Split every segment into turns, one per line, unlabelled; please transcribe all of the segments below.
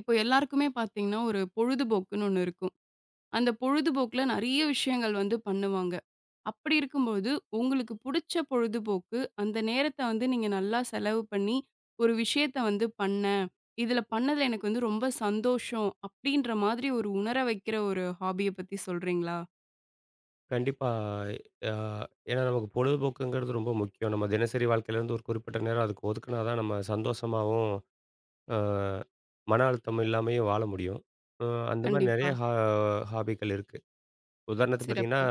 இப்போ எல்லாருக்குமே பார்த்தீங்கன்னா, ஒரு பொழுதுபோக்குன்னு ஒண்ணு இருக்கும். அந்த பொழுதுபோக்குல நெறைய விஷயங்கள் வந்து பண்ணுவாங்க. அப்படி இருக்கும்போது, உங்களுக்கு புடிச்ச பொழுதுபோக்கு, அந்த நேரத்த வந்து நீங்க நல்லா செலவு பண்ணி, ஒரு விஷயத்த வந்து பண்ணேன். இதில பண்ணதுல எனக்கு வந்து ரொம்ப சந்தோஷம். அப்படின்ற மாதிரி ஒரு உணர வைக்கிற ஒரு ஹாபிய பத்தி சொல்றீங்களா?
கண்டிப்பா. அ ஏன்னா நமக்கு பொழுதுபோக்குங்கிறது ரொம்ப முக்கியம். நம்ம தினசரி வாழ்க்கையிலேருந்து ஒரு குறிப்பிட்ட நேரம் அதுக்கு ஒதுக்குனா தான் நம்ம சந்தோஷமாவும், அ மன அழுத்தம் இல்லாமயும் வாழ முடியும். அ அந்த மாரி நெறைய
கண்டிப்பா.
ஹாபிகள் இருக்கு. உதாரணத்துக்கு பார்த்தீங்கன்னா,
சிறப்பு.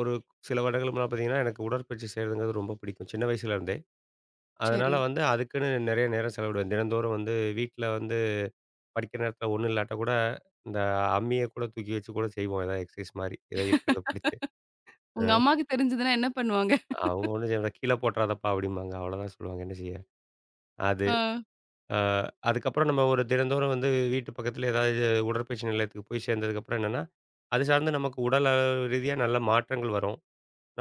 ஒரு சில வருடங்களுக்கு முன்னால பார்த்தீங்கன்னா, எனக்கு உடற்பயிற்சி செய்றதுங்கிறது ரொம்ப பிடிக்கும். சின்ன வயசுலேருந்தே. அதனால
சரி.
வந்து அதுக்குன்னு நெறைய நேரம் செலவிடுவேன். தினந்தோறும் வந்து வீட்ல வந்து படிக்கிற நேரத்தில ஒண்ணும் இல்லாட்டா கூட, இந்த அம்மிய கூட தூக்கி வச்சு கூட செய்வோம். ஏதாவது எக்சர்சைஸ் மாரி. ஏதாவது இருக்கிறத பிடிச்சு. அ.
உங்க அம்மாக்கு தெரிஞ்சதுன்னா என்ன பண்ணுவாங்க?
அவங்க ஒண்ணும் செய்ய மாட்டாங்க. "கீழ போட்றாதப்பா" அப்படிம்பாங்க. அவ்வளோதான் சொல்லுவாங்க. என்ன செய்ய? அது
ஆ.
அ அதுக்கப்புறம் நம்ம ஒரு தினந்தோறும் வந்து வீட்டு பக்கத்தில ஏதாவது உடற்பயிற்சி நிலையத்துக்கு போய் சேர்ந்ததுக்கப்புறம் என்னன்னா, அது சார்ந்து நமக்கு உடல் அளவு ரீதியா நல்ல மாற்றங்கள் வரும்.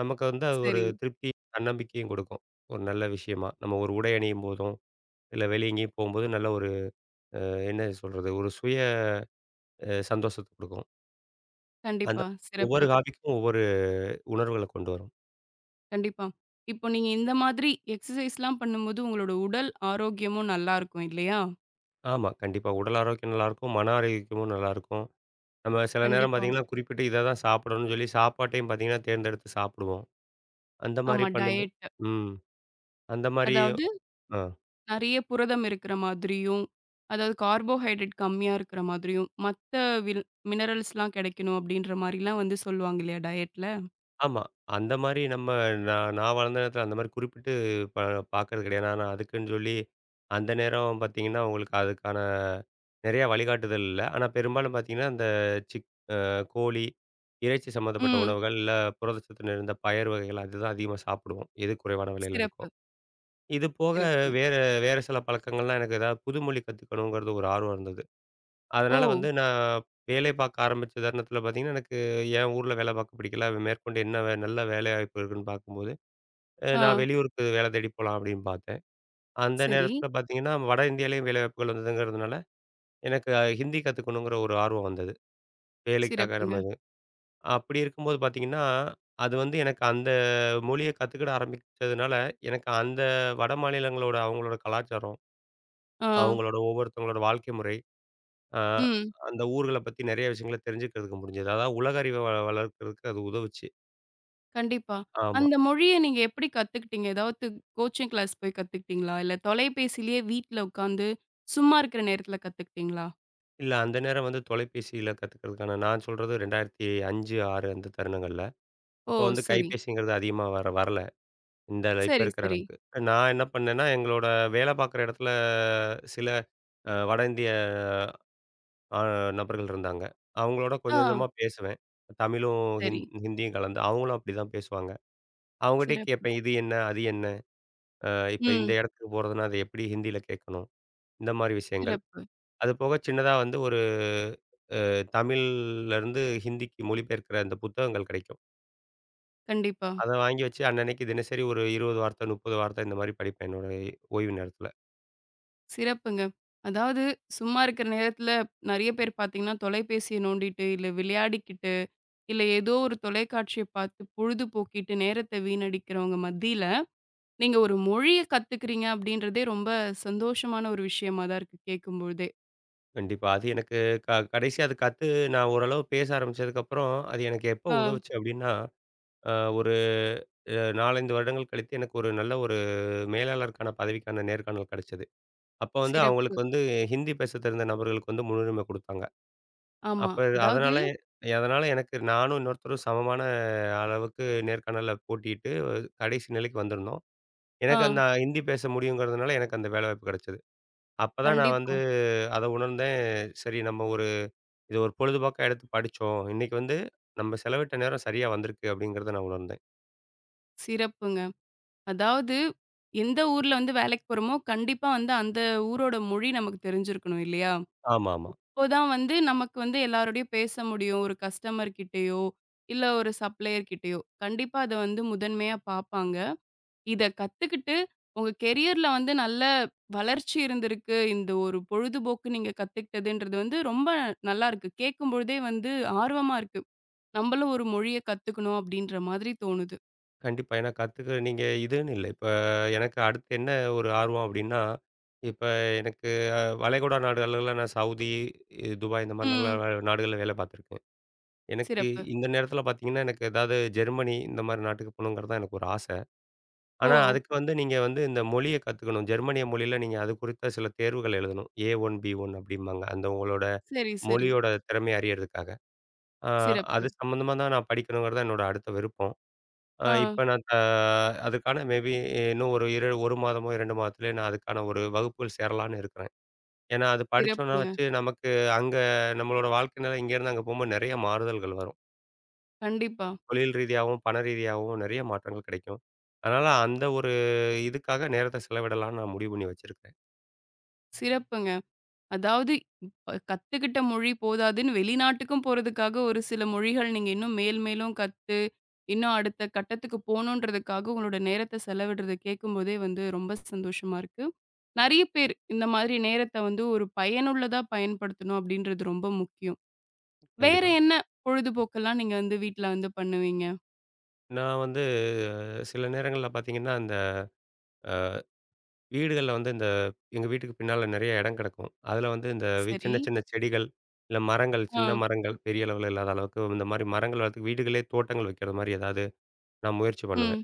நமக்கு வந்து அது ஒரு
சரி.
திருப்தி, தன்னம்பிக்கையும் கொடுக்கும். ஒரு நல்ல விஷயமா. நம்ம ஒரு உடை அணியும் போதும், இல்ல வெளிய எங்கேயும் போகும்போது நல்ல ஒரு என்ன சொல்றது? ஒரு சுய சந்தோஷத்த கொடுக்கும். அந்த
கண்டிப்பா.
ஒவ்வொரு
சிறப்பு.
ஹாபிக்கும் ஒவ்வொரு உணர்வுகள கொண்டு வரும்.
கண்டிப்பா. இப்போ நீங்க இந்த மாதிரி எக்ஸர்சைஸ்லாம் பண்ணும்போது, உங்களோட உடல் ஆரோக்கியமும் நல்லா இருக்கும் இல்லையா?
ஆமா. கண்டிப்பா. உடல் ஆரோக்கியம் நல்லாயிருக்கும். மன ஆரோக்கியமும் நல்லாயிருக்கும். நம்ம சில நேரம்
கண்டிப்பா.
பார்த்தீங்கன்னா, குறிப்பிட்டு இத தான் சாப்பிடணும்னு சொல்லி சாப்பாட்டையும் பார்த்தீங்கன்னா, தேர்ந்தெடுத்து சாப்பிடுவோம். அந்த மாரி
ஆமா
பண்ணும்போ
டயட்.
ம். அந்த மாரி
அதாவது
அ
நெறைய புரதம் இருக்கிற மாதிரியும், அதாவது கார்போஹைட்ரேட் கம்மியா இருக்கிற மாதிரியும், மத்த வில் மினரல்ஸ்லாம் கிடைக்கணும் அப்படின்ற மாரிலாம் வந்து சொல்லுவாங்க இல்லையா டயட்ல?
ஆமா. அந்த மாரி நான் நான் வளர்ந்த நேரத்தில அந்த மாரி குறிப்பிட்டு ப பார்க்கறது கிடையாது. ஆனா அதுக்குன்னு சொல்லி அந்த நேரம் பார்த்தீங்கன்னா, உங்களுக்கு அதுக்கான நெறைய வழிகாட்டுதல் இல்ல. ஆனா பெரும்பாலும் பார்த்தீங்கன்னா, இந்த சிக் அ கோழி, இறைச்சி சம்மந்தப்பட்ட
ம்.
உணவுகள், இல்ல புரதச்சத்து நிறைந்த பயறு வகைகள் அதுதான் அதிகமா சாப்பிடுவோம். எது குறைவான விலையில இருக்கோ.
சிறப்பு,
இது போக
சிறப்பு.
வேற வேற சில பழக்கங்கள்லாம் எனக்கு ஏதாவது புது மொழி கத்துக்கணுங்கிறது ஒரு ஆர்வம் இருந்தது.
ஓ!
அதனால வந்து நான் வேலை பார்க்க ஆரம்பிச்ச தருணத்தில பார்த்தீங்கன்னா, எனக்கு என் ஊர்ல வேலை பார்க்க பிடிக்கல. மேற்கொண்டு என்ன நல்ல வேலைவாய்ப்பு இருக்குன்னு பார்க்கும்போது, நான்
ஆ.
வெளியூருக்கு வேலை தேடி போலாம் அப்படின்னு பார்த்தேன். அந்த
சரி.
நேரத்தில பார்த்தீங்கன்னா, வட இந்தியாலயும் வேலைவாய்ப்புகள் வந்ததுங்கிறதுனால, எனக்கு ஹிந்தி கத்துக்கணுங்கிற ஒரு ஆர்வம் வந்தது. வேலைக்காக
சிறப்புங்க.
நம்ம இது. அப்படி இருக்கும்போது பார்த்தீங்கன்னா, அது வந்து எனக்கு அந்த மொழிய கத்துக்கிட ஆரம்பிச்சதுனால, எனக்கு அந்த வட மாநிலங்களோட அவங்களோட கலாச்சாரம்
ஆ.
அவங்களோட ஒவ்வொருத்தவங்களோட வாழ்க்கை முறை, அ
ம்.
அந்த ஊர்கள பத்தி நெறைய விஷயங்கள தெரிஞ்சுக்கிறதுக்கு முடிஞ்சது. அதாவது உலக அறிவை வளர்க்கறதுக்கு அது உதவுச்சு.
கண்டிப்பா.
ஆமா.
அந்த மொழிய நீங்க எப்படி கத்துக்கிட்டீங்க? ஏதாவது கோச்சிங் கிளாஸ் போய் கத்துக்கிட்டீங்களா? இல்ல தொலைபேசியிலேயே வீட்ல உட்காந்து சும்மா இருக்கிற நேரத்துல கத்துக்கிட்டீங்களா?
இல்ல அந்த நேரம் வந்து தொலைபேசியில கத்துக்கிறதுக்கான நான் சொல்றது 2005, 6 அந்த தருணங்கள்ல.
ஓ!
அப்போ வந்து
சரி.
கைபேசிங்கிறது அதிகமா வர வரல. இந்த இப்ப
சரி,
இருக்கிற
சரி.
அளவுக்கு. நான் என்ன பண்ணேன்னா, எங்களோட வேலை பார்க்குற இடத்துல சில வட இந்திய அ நபர்கள் இருந்தாங்க. அவங்களோட
ஆ
கொஞ்சம் கொஞ்சமா பேசுவேன். தமிழும்,
சரி.
ஹிந்தியும் கலந்து. அவங்களும் அப்படிதான் பேசுவாங்க. அவங்ககிட்டயே
சிறப்பு.
கேட்பேன். இது என்ன? அது என்ன? இப்ப இந்த
ம்.
இடத்துக்கு போறதுன்னா, அத எப்படி ஹிந்தியில கேட்கணும்? இந்த மாரி விஷயங்கள்.
சிறப்பு.
அது போக சின்னதா வந்து ஒரு தமிழ்லருந்து ஹிந்திக்கு மொழிபெயர்க்கிற அந்த புத்தகங்கள் கிடைக்கும்.
கண்டிப்பா.
அத வாங்கி வச்சு அன்னன்னைக்கு தினசரி ஒரு 20 வார்த்தை, 30 வார்த்தை இந்த மாரி படிப்பேன் என்னோட ஓய்வு நேரத்தில.
சிறப்புங்க. அதாவது சும்மா இருக்கிற நேரத்துல நெறைய பேர் பார்த்தீங்கன்னா, தொலைபேசிய நோண்டிட்டு, இல்ல விளையாடிக்கிட்டு, இல்ல ஏதோ ஒரு தொலைக்காட்சிய பார்த்து பொழுது போக்கிட்டு நேரத்த வீணடிக்கிறவங்க மத்தியில நீங்க ஒரு மொழிய கத்துக்கிறீங்க அப்படின்றதே ரொம்ப சந்தோஷமான ஒரு விஷயமா தான் இருக்கு கேட்கும்பொழுதே.
கண்டிப்பா. அது எனக்கு கடைசியா அது கத்து நான் ஓரளவு பேச ஆரம்பிச்சதுக்கப்புறம், அது எனக்கு எப்போ
ஆ,
உதவுச்சு அப்படின்னா, அ ஒரு அ 4, 5 வருடங்கள் கழித்து எனக்கு ஒரு நல்ல ஒரு மேலாளருக்கான பதவிக்கான நேர்காணல் கிடைச்சது. அப்ப வந்து
சிறப்பு.
அவங்களுக்கு வந்து ஹிந்தி பேச தெரிந்த நபர்களுக்கு வந்து முன்னுரிமை குடுத்தாங்க.
ஆமா.
அப்ப
அதாவது
அதனால அதனால எனக்கு நானும் இன்னொருத்தரும் சமமான அளவுக்கு நேர்காணல்ல போட்டியிட்டு கடைசி நிலைக்கு வந்திருந்தோம்.
ஆ,
எனக்கு அந்த ஹிந்தி பேச முடியுங்கிறதுனால எனக்கு அந்த வேலைவாய்ப்பு கிடைச்சது. அப்பதான் நான்
கண்டிப்பா.
வந்து அத உணர்ந்தேன். சரி நம்ம ஒரு இது ஒரு பொழுதுபோக்கா எடுத்து படிச்சோம். இன்னைக்கு வந்து நம்ம செலவிட்ட நேரம் சரியா வந்திருக்கு அப்படிங்கிறத நான் உணர்ந்தேன்.
சிறப்புங்க. அதாவது எந்த ஊர்ல வந்து வேலைக்கு போறோமோ, கண்டிப்பா வந்து அந்த ஊரோட மொழி நமக்கு தெரிஞ்சிருக்கணும் இல்லையா?
ஆமாமா.
அப்போதான் வந்து நமக்கு வந்து எல்லாரோடையும் பேச முடியும். ஒரு கஸ்டமர் கிட்டயோ, இல்ல ஒரு சப்ளையர் கிட்டயோ. கண்டிப்பா அத வந்து முதன்மையா பார்ப்பாங்க. இத கத்துக்கிட்டு, உங்க கெரியர்ல வந்து நல்ல வளர்ச்சி இருந்திருக்கு. இந்த ஒரு பொழுதுபோக்கு நீங்க கத்துக்கிட்டதுன்றது வந்து ரொம்ப நல்லா இருக்கு. கேட்கும்பொழுதே வந்து ஆர்வமா இருக்கு. நம்மளும் ஒரு மொழிய கத்துக்கணும் அப்படின்ற மாதிரி தோணுது.
கண்டிப்பா. ஏன்னா கத்துக்க நீங்க இதுன்னு இல்ல. இப்ப எனக்கு அடுத்து என்ன ஒரு ஆர்வம் அப்படின்னா, இப்ப எனக்கு வளைகுடா நாடுகள்ல நான் சவுதி, துபாய் இந்த மாரி நல்ல
ம்.
நாடுகள்ல வேலை பார்த்துருக்கேன். எனக்கு
சிறப்பு.
இந்த நேரத்தில பார்த்தீங்கன்னா, எனக்கு ஏதாவது ஜெர்மனி இந்த மாரி நாட்டுக்கு போணுங்கிறது தான் எனக்கு ஒரு ஆசை.
ஓ!
ஆனா, அதுக்கு வந்து நீங்க வந்து இந்த மொழிய கத்துக்கணும். ஜெர்மனிய மொழியில நீங்க அது குறித்த சில தேர்வுகள் எழுதணும். A1, B1 அப்படிம்பாங்க. அந்த உங்களோட
சரி, சரி.
மொழியோட திறமைய அறியறதுக்காக. ஆ
சிறப்பு.
அது சம்மந்தமா தான் நான் படிக்கணுங்கிறது தான் என்னோட அடுத்த விருப்பம்.
ஆ.
இப்ப நான் அதுக்கான மேபி இன்னும் ஒரு 1 மாதமோ, 2 மாதத்திலேயே நான் அதுக்கான ஒரு வகுப்புகள் சேரலான்னு இருக்கிறேன். ஏன்னா, அது படிச்சோம்னா
சிறப்புங்க.
வச்சு நமக்கு அங்க நம்மளோட வாழ்க்கை நிலை இங்கேருந்து அங்க போம்போது நெறைய மாறுதல்கள் வரும்.
கண்டிப்பா.
தொழில் ரீதியாவும், பண ரீதியாவும் நெறைய மாற்றங்கள் கிடைக்கும். அதனால அந்த ஒரு இதுக்காக நேரத்த செலவிடலாம்னு நான் முடிவு பண்ணி வச்சிருக்கேன்.
சிறப்புங்க. அதாவது இப்ப கத்துக்கிட்ட மொழி போதாதுன்னு வெளிநாட்டுக்கும் போறதுக்காக ஒரு சில மொழிகள் நீங்க இன்னும் மேல் மேலும் கத்து, இன்னும் அடுத்த கட்டத்துக்கு போணுன்றதுக்காக உங்களோட நேரத்த செலவிடுறத கேட்கும்போதே வந்து ரொம்ப சந்தோஷமா இருக்கு. நெறைய பேர் இந்த மாதிரி நேரத்த வந்து ஒரு பயனுள்ளதா பயன்படுத்தணும் அப்படின்றது ரொம்ப முக்கியம். வேற
கண்டிப்பா.
என்ன பொழுதுபோக்கெல்லாம் நீங்க வந்து வீட்ல வந்து பண்ணுவீங்க?
நான் வந்து சில நேரங்கள்ல பார்த்தீங்கன்னா, இந்த வீடுகள்ல வந்து எங்க வீட்டுக்கு பின்னால நெறைய இடம் கிடக்கும். அதுல வந்து இந்த
சரி.
சின்ன சின்ன செடிகள், இல்ல மரங்கள்,
ஆ.
சின்ன மரங்கள் பெரிய அளவுல இல்லாத அளவுக்கு இந்த மாரி மரங்கள் வளர்த்து வீடுகளே தோட்டங்கள் வைக்கிற மாரி ஏதாவது நான் முயற்சி
ம்.
பண்ணுவேன்.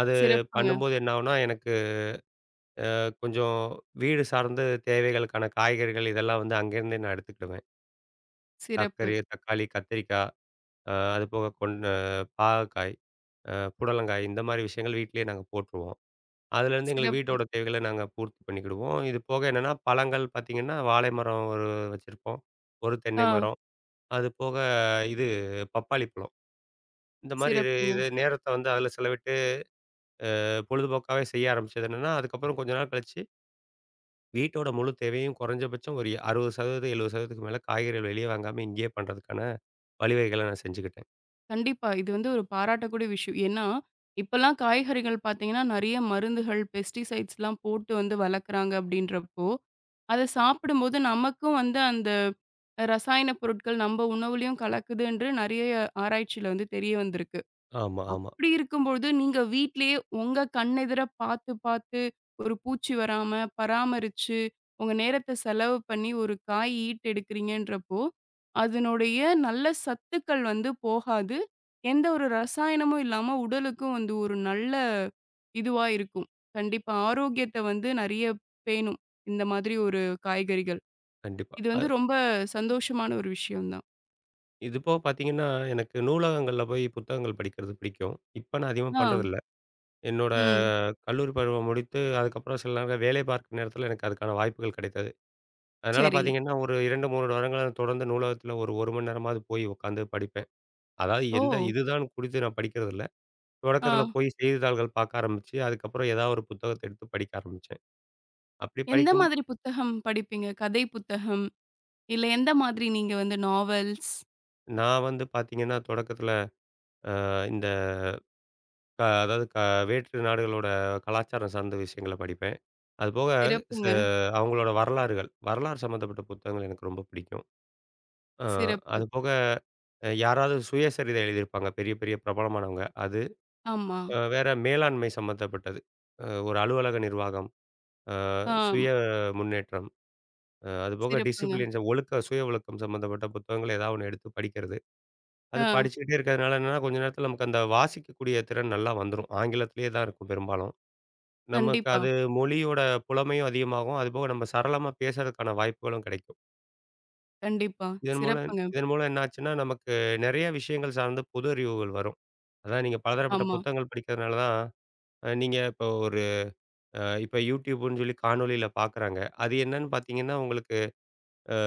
அது
சிறப்புங்க.
பண்ணும்போது என்ன ஆகும்னா, எனக்கு கொஞ்சம் வீடு சார்ந்து தேவைகளுக்கான காய்கறிகள் இதெல்லாம் வந்து அங்கேருந்தே நான் எடுத்துக்கிடுவேன்.
சிறப்பு,
தக்காளி தக்காளி, கத்திரிக்கா அதுபோக பாகக்காய், அ புடலங்காய் இந்த மாரி விஷயங்கள் வீட்லயே நாங்க போட்டுருவோம். அதுலேருந்து எங்களுக்கு
சிறப்பு.
வீட்டோட தேவைகள நாங்க பூர்த்தி பண்ணிக்கிடுவோம். இது போக என்னன்னா, பழங்கள் பார்த்தீங்கன்னா, வாழை மரம் ஒரு வச்சிருப்போம். ஒரு தென்னை
ஆ.
மரம். அது போக இது பப்பாளி பழம். இந்த மாரி இது
சிறப்புங்க.
இது நேரத்த வந்து அதில செலவிட்டு பொழுதுபோக்காவே செய்ய ஆரம்பிச்சது என்னன்னா, அதுக்கப்புறம் கொஞ்ச நாள் கழிச்சு வீட்டோட முழு தேவையும் குறைஞ்சபட்சம் ஒரு 60% 70%க்கு மேல காய்கறிகள் வெளிய வாங்காம இங்கேயே பண்றதுக்கான வழிவகைகள நான் செஞ்சுக்கிட்டேன்.
கண்டிப்பா. இது வந்து ஒரு பாராட்டக்கூடிய விஷயம். ஏன்னா, இப்பலாம் காய்கறிகள் பார்த்தீங்கன்னா, நெறைய மருந்துகள், பெஸ்டிசைட்ஸ்லாம் போட்டு வந்து வளர்க்குறாங்க அப்படின்றப்போ, அத சாப்பிடும்போது நமக்கும் வந்து அந்த ரசாயன பொருட்கள் நம்ம உணவுலயும் கலக்குதுன்று நெறைய ஆராய்ச்சியில வந்து தெரிய வந்திருக்கு.
ஆமா, ஆமா.
அப்படி இருக்கும்பொழுது, நீங்க வீட்லயே உங்க கண்ணெதிர பார்த்து பார்த்து, ஒரு பூச்சி வராம பராமரிச்சு, உங்க நேரத்த செலவு பண்ணி ஒரு காய் ஈட்டு எடுக்கிறீங்கன்றப்போ, அதனுடைய நல்ல சத்துக்கள் வந்து போகாது. எந்த ஒரு ரசாயனமும் இல்லாம உடலுக்கும் வந்து ஒரு நல்ல இதுவா இருக்கும். கண்டிப்பா ஆரோக்கியத்த வந்து நெறைய பேணும். இந்த மாதிரி ஒரு காய்கறிகள்.
கண்டிப்பா.
இது வந்து ரொம்ப சந்தோஷமான ஒரு விஷயம் தான்.
இது போக பார்த்தீங்கன்னா, எனக்கு நூலகங்கள்ல போய் புத்தகங்கள் படிக்கிறது பிடிக்கும். இப்ப நான் அதிகமா
ஆ.
பண்றதில்ல. என்னோட
ம்.
கல்லூரி பருவம் முடித்து, அதுக்கப்புறம் சில நேரம் வேலை பார்க்கும் நேரத்தில எனக்கு அதுக்கான வாய்ப்புகள் கிடைத்தது. அதனால
சரி.
பார்த்தீங்கன்னா, ஒரு 2, 3 வருடங்களா தொடர்ந்து நூலகத்தில ஒரு 1 மணி நேரமாவது போய் உட்காந்து படிப்பேன். அதாவது
ஓ!
எந்த இதுதான் குறித்து நான் படிக்கிறதில்ல.
ஆ.
தொடக்கத்தில போய் செய்தித்தாள்கள் பார்க்க ஆரம்பிச்சு, அதுக்கப்புறம் ஏதாவது ஒரு புத்தகத்த எடுத்து படிக்க ஆரம்பிச்சேன். அப்படி
எந்த
படிக்கும்
மாதிரி புத்தகம் படிப்பீங்க? கதை புத்தகம்? இல்ல எந்த மாதிரி நீங்க வந்து நாவல்ஸ்?
நான் வந்து பார்த்தீங்கன்னா, தொடக்கத்தில இந்த அதாவது வேற்று நாடுகளோட கலாச்சாரம் சார்ந்த விஷயங்கள படிப்பேன். அதுபோக ச
சிறப்புங்க.
அவங்களோட வரலாறுகள், வரலாறு சம்மந்தப்பட்ட புத்தகங்கள் எனக்கு ரொம்ப பிடிக்கும். அ
சிறப்பு.
அதுபோக யாராவது சுயசரிதை எழுதியிருப்பாங்க, பெரிய பெரிய பிரபலமானவங்க. அது
ஆமா.
அ வேற மேலாண்மை சம்மந்தப்பட்டது. ஒரு அலுவலக நிர்வாகம், அ
ஆம்.
சுய முன்னேற்றம், அதுபோக
சிறப்புங்க.
டிசிப்ளின்ஸ் சுய ஒழுக்கம் சம்மந்தப்பட்ட புத்தகங்கள் ஏதாவது ஒண்ணு எடுத்து படிக்கிறது. அது
ஆ.
படிச்சுக்கிட்டே இருக்கிறதுனால என்னன்னா, கொஞ்ச நேரத்தில நமக்கு அந்த வாசிக்கக்கூடிய திறன் நல்லா வந்துரும். ஆங்கிலத்திலேயே தான் இருக்கும் பெரும்பாலும். நமக்கு
கண்டிப்பா,
அது மொழியோட புலமையும் அதிகமாகும். அதுபோக நம்ம சரளமா பேசுறதுக்கான வாய்ப்புகளும் கிடைக்கும்.
கண்டிப்பா.
இதன் மூலம்
சிறப்புங்க.
இதன் மூலம் என்ன ஆச்சுன்னா, நமக்கு நெறைய விஷயங்கள் சார்ந்த புது அறிவுகள் வரும். அதான் நீங்க பலதரப்பட்ட
ஆமா,
புத்தகங்கள் படிக்கிறதுனால தான், நீங்க இப்போ ஒரு அ இப்ப YouTubeன்னு சொல்லி காணொளியில பார்க்குறாங்க. அது என்னன்னு பார்த்தீங்கன்னா, அ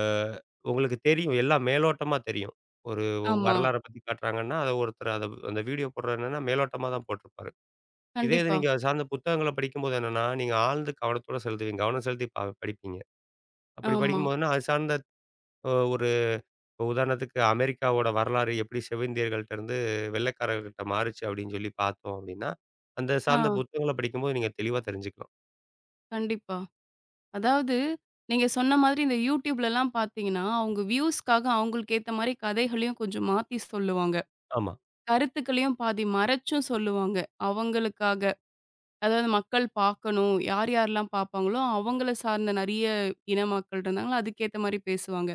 உங்களுக்கு தெரியும். எல்லாம் மேலோட்டமா தெரியும். ஒரு
ஆமா.
வரலாற பத்தி காட்டுறாங்கன்னா, அத ஒருத்தர் அந்த வீடியோ போடுறது என்னன்னா மேலோட்டமா தான் போட்டிருப்பாரு. இதே இது
கண்டிப்பா.
நீங்க அது சார்ந்த புத்தகங்கள படிக்கும்போது என்னன்னா, நீங்க ஆழ்ந்து கவனத்தோட செலுத்துவீங்க. கவனம் செலுத்தி படிப்பீங்க. அப்படி
ஆமா.
படிக்கும்போதுன்னா, அது சார்ந்த அ ஒரு உதாரணத்துக்கு அமெரிக்காவோட வரலாறு எப்படி செவிந்தியர்கள்ட்டருந்து வெள்ளைக்காரர்கள்ட்ட மாறுச்சு அப்படின்னு சொல்லி பார்த்தோம் அப்படின்னா, அந்த
ஆ.
சார்ந்த புத்தகங்கள படிக்கும்போது நீங்க தெளிவா தெரிஞ்சுக்கலாம்.
கண்டிப்பா. அதாவது நீங்க சொன்ன மாதிரி இந்த YouTubeலலாம் பார்த்தீங்கன்னா, அவங்க வியூஸ்க்காக அவங்களுக்கு ஏத்த மாரி கதைகளையும் கொஞ்சம் மாத்தி சொல்லுவாங்க.
ஆமா.
கருத்துக்களையும் பாதி மறைச்சும் சொல்லுவாங்க. அவங்களுக்காக அதாவது மக்கள் பார்க்கணும். யார் யாரெல்லாம் பார்ப்பாங்களோ, அவங்கள சார்ந்த நெறைய இன மக்கள் இருந்தாங்கன்னா, அதுக்கேத்த மாரி பேசுவாங்க.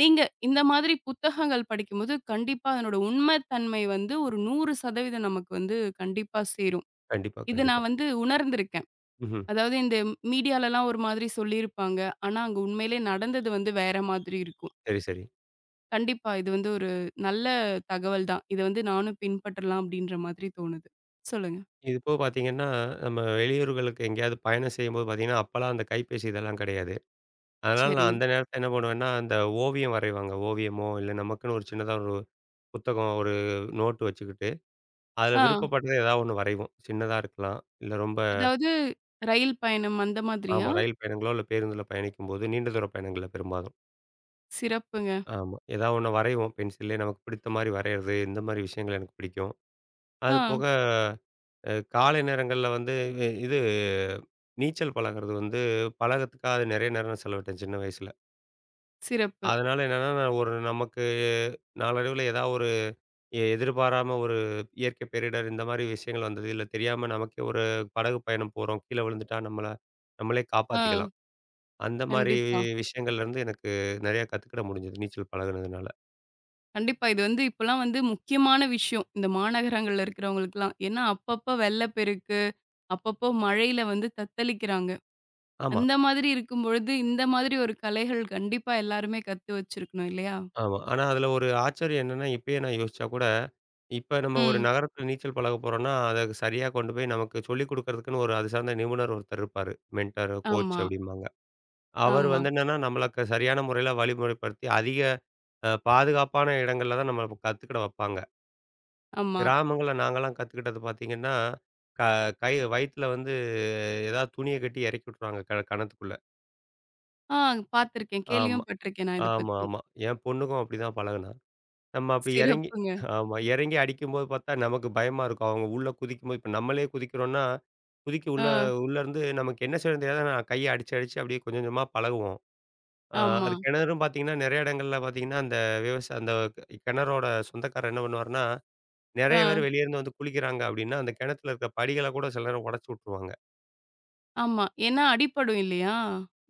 நீங்க இந்த மாதிரி புத்தகங்கள் படிக்கும்போது, கண்டிப்பா அதனோட உண்மை தன்மை வந்து ஒரு 100% நமக்கு வந்து கண்டிப்பா சேரும்.
கண்டிப்பா,
இது
கண்டிப்பா.
நான் வந்து உணர்ந்திருக்கேன்.
ம்ஹ்ம்.
அதாவது இந்த மீடியாலலாம் ஒரு மாதிரி சொல்லியிருப்பாங்க. ஆனா, அங்க உண்மையிலே நடந்தது வந்து வேற மாதிரி இருக்கும்.
சரி, சரி.
கண்டிப்பா இது வந்து ஒரு நல்ல தகவல் தான். இத வந்து நானும் பின்பற்றலாம் அப்டின்ற மாதிரி தோணுது. சொல்லுங்க.
இது போக பார்த்தீங்கன்னா, நம்ம வெளியூர்களுக்கு எங்கேயாவது பயணம் செய்யும்போது பார்த்தீங்கன்னா, அப்பலாம் அந்த கைபேசி இதெல்லாம் கிடையாது. அதனால
சரி.
நான் அந்த நேரத்தில என்ன பண்ணுவேன்னா, அந்த ஓவியம் வரைவாங்க. ஓவியமோ, இல்ல நமக்குன்னு ஒரு சின்னதா ஒரு புத்தகம் ஒரு நோட்டு வச்சுக்கிட்டு, அதுல
ஆ.
விருப்பப்பட்டத ஏதாவது ஒண்ணு வரைவோம். சின்னதா இருக்கலாம். இல்ல ரொம்ப
அதாவது ரயில் பயணம் அந்த மாதிரியா?
ஆமா ரயில் பயணங்களோ, இல்ல பேருந்துல பயணிக்கும்போது நீண்ட தூர பயணங்கள்ல பெரும்பாலும்.
சிறப்புங்க.
ஆமா. ஏதாவது ஒண்ணு வரைவோம் பென்சில்லே. நமக்கு பிடித்த மாரி வரையறது, இந்த மாரி விஷயங்கள் எனக்கு பிடிக்கும்.
ஆ
அது போக காலை நேரங்கள்ல வந்து இது நீச்சல் பழகுறது வந்து பழகறதுக்காக அது நெறைய நேரம் செலவிட்டேன் சின்ன வயசுல.
சிறப்பு.
அதனால என்னன்னா, நான் ஒரு நமக்கு நாளடைவுல ஏதாவது ஒரு எதிர்பாராம ஒரு இயற்கை பேரிடர் இந்த மாரி விஷயங்கள் வந்தது. இல்ல தெரியாம நமக்கே ஒரு படகு பயணம் போறோம். கீழ விழுந்துட்டா நம்மளே
ஆ
காப்பாத்திக்கலாம். அந்த மாரி
கண்டிப்பா.
விஷயங்கள்லேருந்து எனக்கு நெறையா கத்துக்கிட முடிஞ்சது நீச்சல் பழகுனதுனால.
கண்டிப்பா. இது வந்து இப்பலாம் வந்து முக்கியமான விஷயம். இந்த மாநகரங்கள்ல இருக்கிறவங்களுக்குலாம். ஏன்னா, அப்பப்ப வெள்ளப்பெருக்கு, அப்பப்போ மழையில வந்து தத்தளிக்கிறாங்க.
ஆமா,
அந்த மாதிரி இருக்கும் பொழுது, இந்த மாதிரி ஒரு கலைகள் கண்டிப்பா எல்லாருமே கத்து வச்சிருக்கணும் இல்லையா?
ஆமா. ஆனா அதில ஒரு ஆச்சரியம் என்னன்னா, இப்பயே நான் யோசிச்சா கூட, இப்ப நம்ம ஒரு
ம்.
நகரத்தில நீச்சல் பழக போறோம்னா, அத சரியா கொண்டு போய் நமக்கு சொல்லிக் குடுக்கறதுக்குன்னு ஒரு அது சார்ந்த நிபுணர் ஒருத்தர் இருப்பாரு. மென்டார், கோச்
ஆமா,
அப்படிம்பாங்க. அவர்
ஆமா,
வந்து என்னன்னா, நம்மளுக்கு சரியான முறையில வழிமுறைப்படுத்தி, அதிக பாதுகாப்பான இடங்கள்ல தான் நம்மள கத்துக்கிட வைப்பாங்க.
ஆமா.
கிராமங்கள்ல நாங்கலாம் கத்துக்கிட்டது பார்த்தீங்கன்னா, க கை வயித்துல வந்து ஏதாவது துணிய கட்டி இறக்கி விட்டுருவாங்க கணத்துக்குள்ள.
ஆ பார்த்துருக்கேன்.
ஆமா,
கேள்வியும் பட்டுருக்கேன் நான் இத
ஆமா,
பத்தி.
ஆமா. என் பொண்ணுக்கும் அப்படிதான் பழகுனா. நம்ம அப்படி இறங்கி
சிறப்புங்க.
ஆமா. இறங்கி அடிக்கும்போது பார்த்தா நமக்கு பயமா இருக்கும். அவங்க உள்ள குதிக்கும்போது இப்ப நம்மளே குதிக்கிறோம்னா, குதிக்க
ஆ
உள்ள உள்ளருந்து நமக்கு என்ன செய்யணும்னு தெரியாது. ஆனா கைய அடிச்சு, அடிச்சு அப்படியே கொஞ்சம் கொஞ்சமா பழகுவோம். ஆ
ஆமா.
அது கிணறும் பார்த்தீங்கன்னா, நெறைய இடங்கள்ல பார்த்தீங்கன்னா, அந்த அந்த கிணறோட சொந்தக்காரர் என்ன பண்ணுவாருன்னா,
ஆ
நெறைய பேர் வெளியேருந்து வந்து குளிக்கிறாங்க அப்டின்னா, அந்த கிணத்துல இருக்க படிகள கூட சில நேரம் உடைச்சு விட்டுருவாங்க.
ஆமா. ஏன்னா அடிபடும் இல்லையா?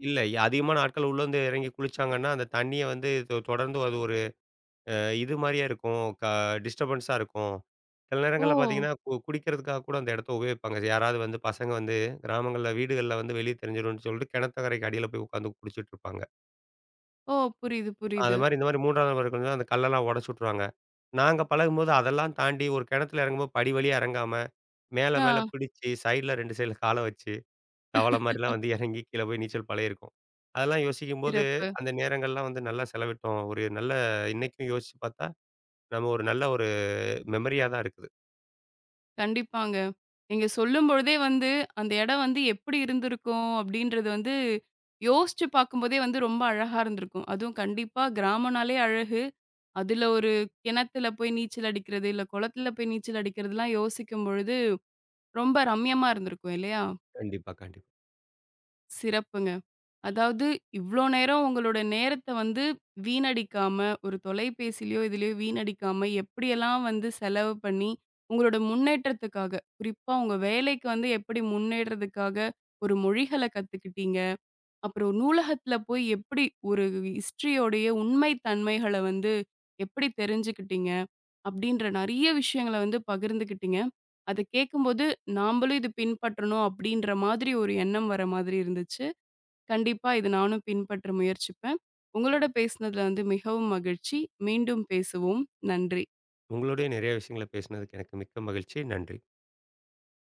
இல்ல அதிகமான ஆட்கள் உள்ளருந்து இறங்கி குளிச்சாங்கன்னா, அந்த தண்ணிய வந்து தொடர்ந்து அது ஒரு அ இது மாரியே இருக்கும். டிஸ்டர்பன்ஸா இருக்கும். சில
ஓ!
நேரங்கள்ல பார்த்தீங்கன்னா, குடிக்கிறதுக்காக கூட அந்த இடத்த உபயோகிப்பாங்க. யாராவது வந்து பசங்க வந்து கிராமங்கள்ல வீடுகள்ல வந்து வெளிய தெரிஞ்சிரும்னு சொல்லிட்டு கிணத்துக்கரைக்கு அடியில போய் உட்காந்து குடிச்சிட்டு இருப்பாங்க.
ஓ! புரியுது,
அது
புரியுது.
மாரி இந்த மாரி 3வது நபர் இருக்கும்போது அந்த கல்லெல்லாம் உடைச்சு விட்டுருவாங்க. நாங்க பழகும்போது அதெல்லாம் தாண்டி ஒரு கிணத்துல இறங்கும்போது படி வழியா இறங்காம, மேல
ஆ
மேல பிடிச்சு சைடுல 2 சைடுல கால வச்சு, தவள மாரிலாம் வந்து இறங்கி கீழ போய் நீச்சல் பழகியிருக்கோம். அதெல்லாம் யோசிக்கும்போது,
சிறப்பு.
அந்த நேரங்கள்லாம் வந்து நல்லா செலவிட்டோம். ஒரு நல்ல இன்னைக்கும் யோசிச்சு பார்த்தா, நம்ம ஒரு நல்ல ஒரு மெமரியா தான் இருக்குது.
கண்டிப்பாங்க. நீங்க சொல்லும்பொழுதே வந்து, அந்த இடம் வந்து எப்படி இருந்திருக்கும் அப்படின்றது வந்து, யோசிச்சு பார்க்கும்போதே வந்து ரொம்ப அழகா இருந்திருக்கும். அதுவும் கண்டிப்பா கிராமம்னாலே அழகு. அதுல ஒரு கிணத்துல போய் நீச்சல் அடிக்கிறது, இல்ல குளத்துல போய் நீச்சல் அடிக்கிறதுலாம் யோசிக்கும் பொழுது, ரொம்ப ரம்யமா இருந்திருக்கும் இல்லையா?
கண்டிப்பா, கண்டிப்பா.
சிறப்புங்க. அதாவது இவ்ளோ நேரம் உங்களோட நேரத்த வந்து வீணடிக்காம, ஒரு தொலைபேசிலயோ, இதுலயோ வீணடிக்காம எப்படியெல்லாம் வந்து செலவு பண்ணி, உங்களோட முன்னேற்றத்துக்காக, குறிப்பா உங்க வேலைக்கு வந்து எப்படி முன்னேறதுக்காக ஒரு மொழிகள கத்துக்கிட்டீங்க. அப்புறம் நூலகத்துல போய் எப்படி ஒரு ஹிஸ்டரியோடைய உண்மை தன்மைகள வந்து எப்படி தெரிஞ்சுக்கிட்டீங்க? அப்படின்ற நெறைய விஷயங்கள வந்து பகிர்ந்துக்கிட்டீங்க. அத கேட்கும்போது, நாமளும் இது பின்பற்றணும் அப்படின்ற மாதிரி ஒரு எண்ணம் வர மாதிரி இருந்துச்சு. கண்டிப்பா. இது நானும் பின்பற்ற முயற்சிப்பேன். உங்களோட பேசினதுல வந்து மிகவும் மகிழ்ச்சி. மீண்டும் பேசுவோம். நன்றி.
உங்களோடயே நிறைய விஷயங்கள பேசினதுக்கு எனக்கு மிக்க மகிழ்ச்சி. நன்றி.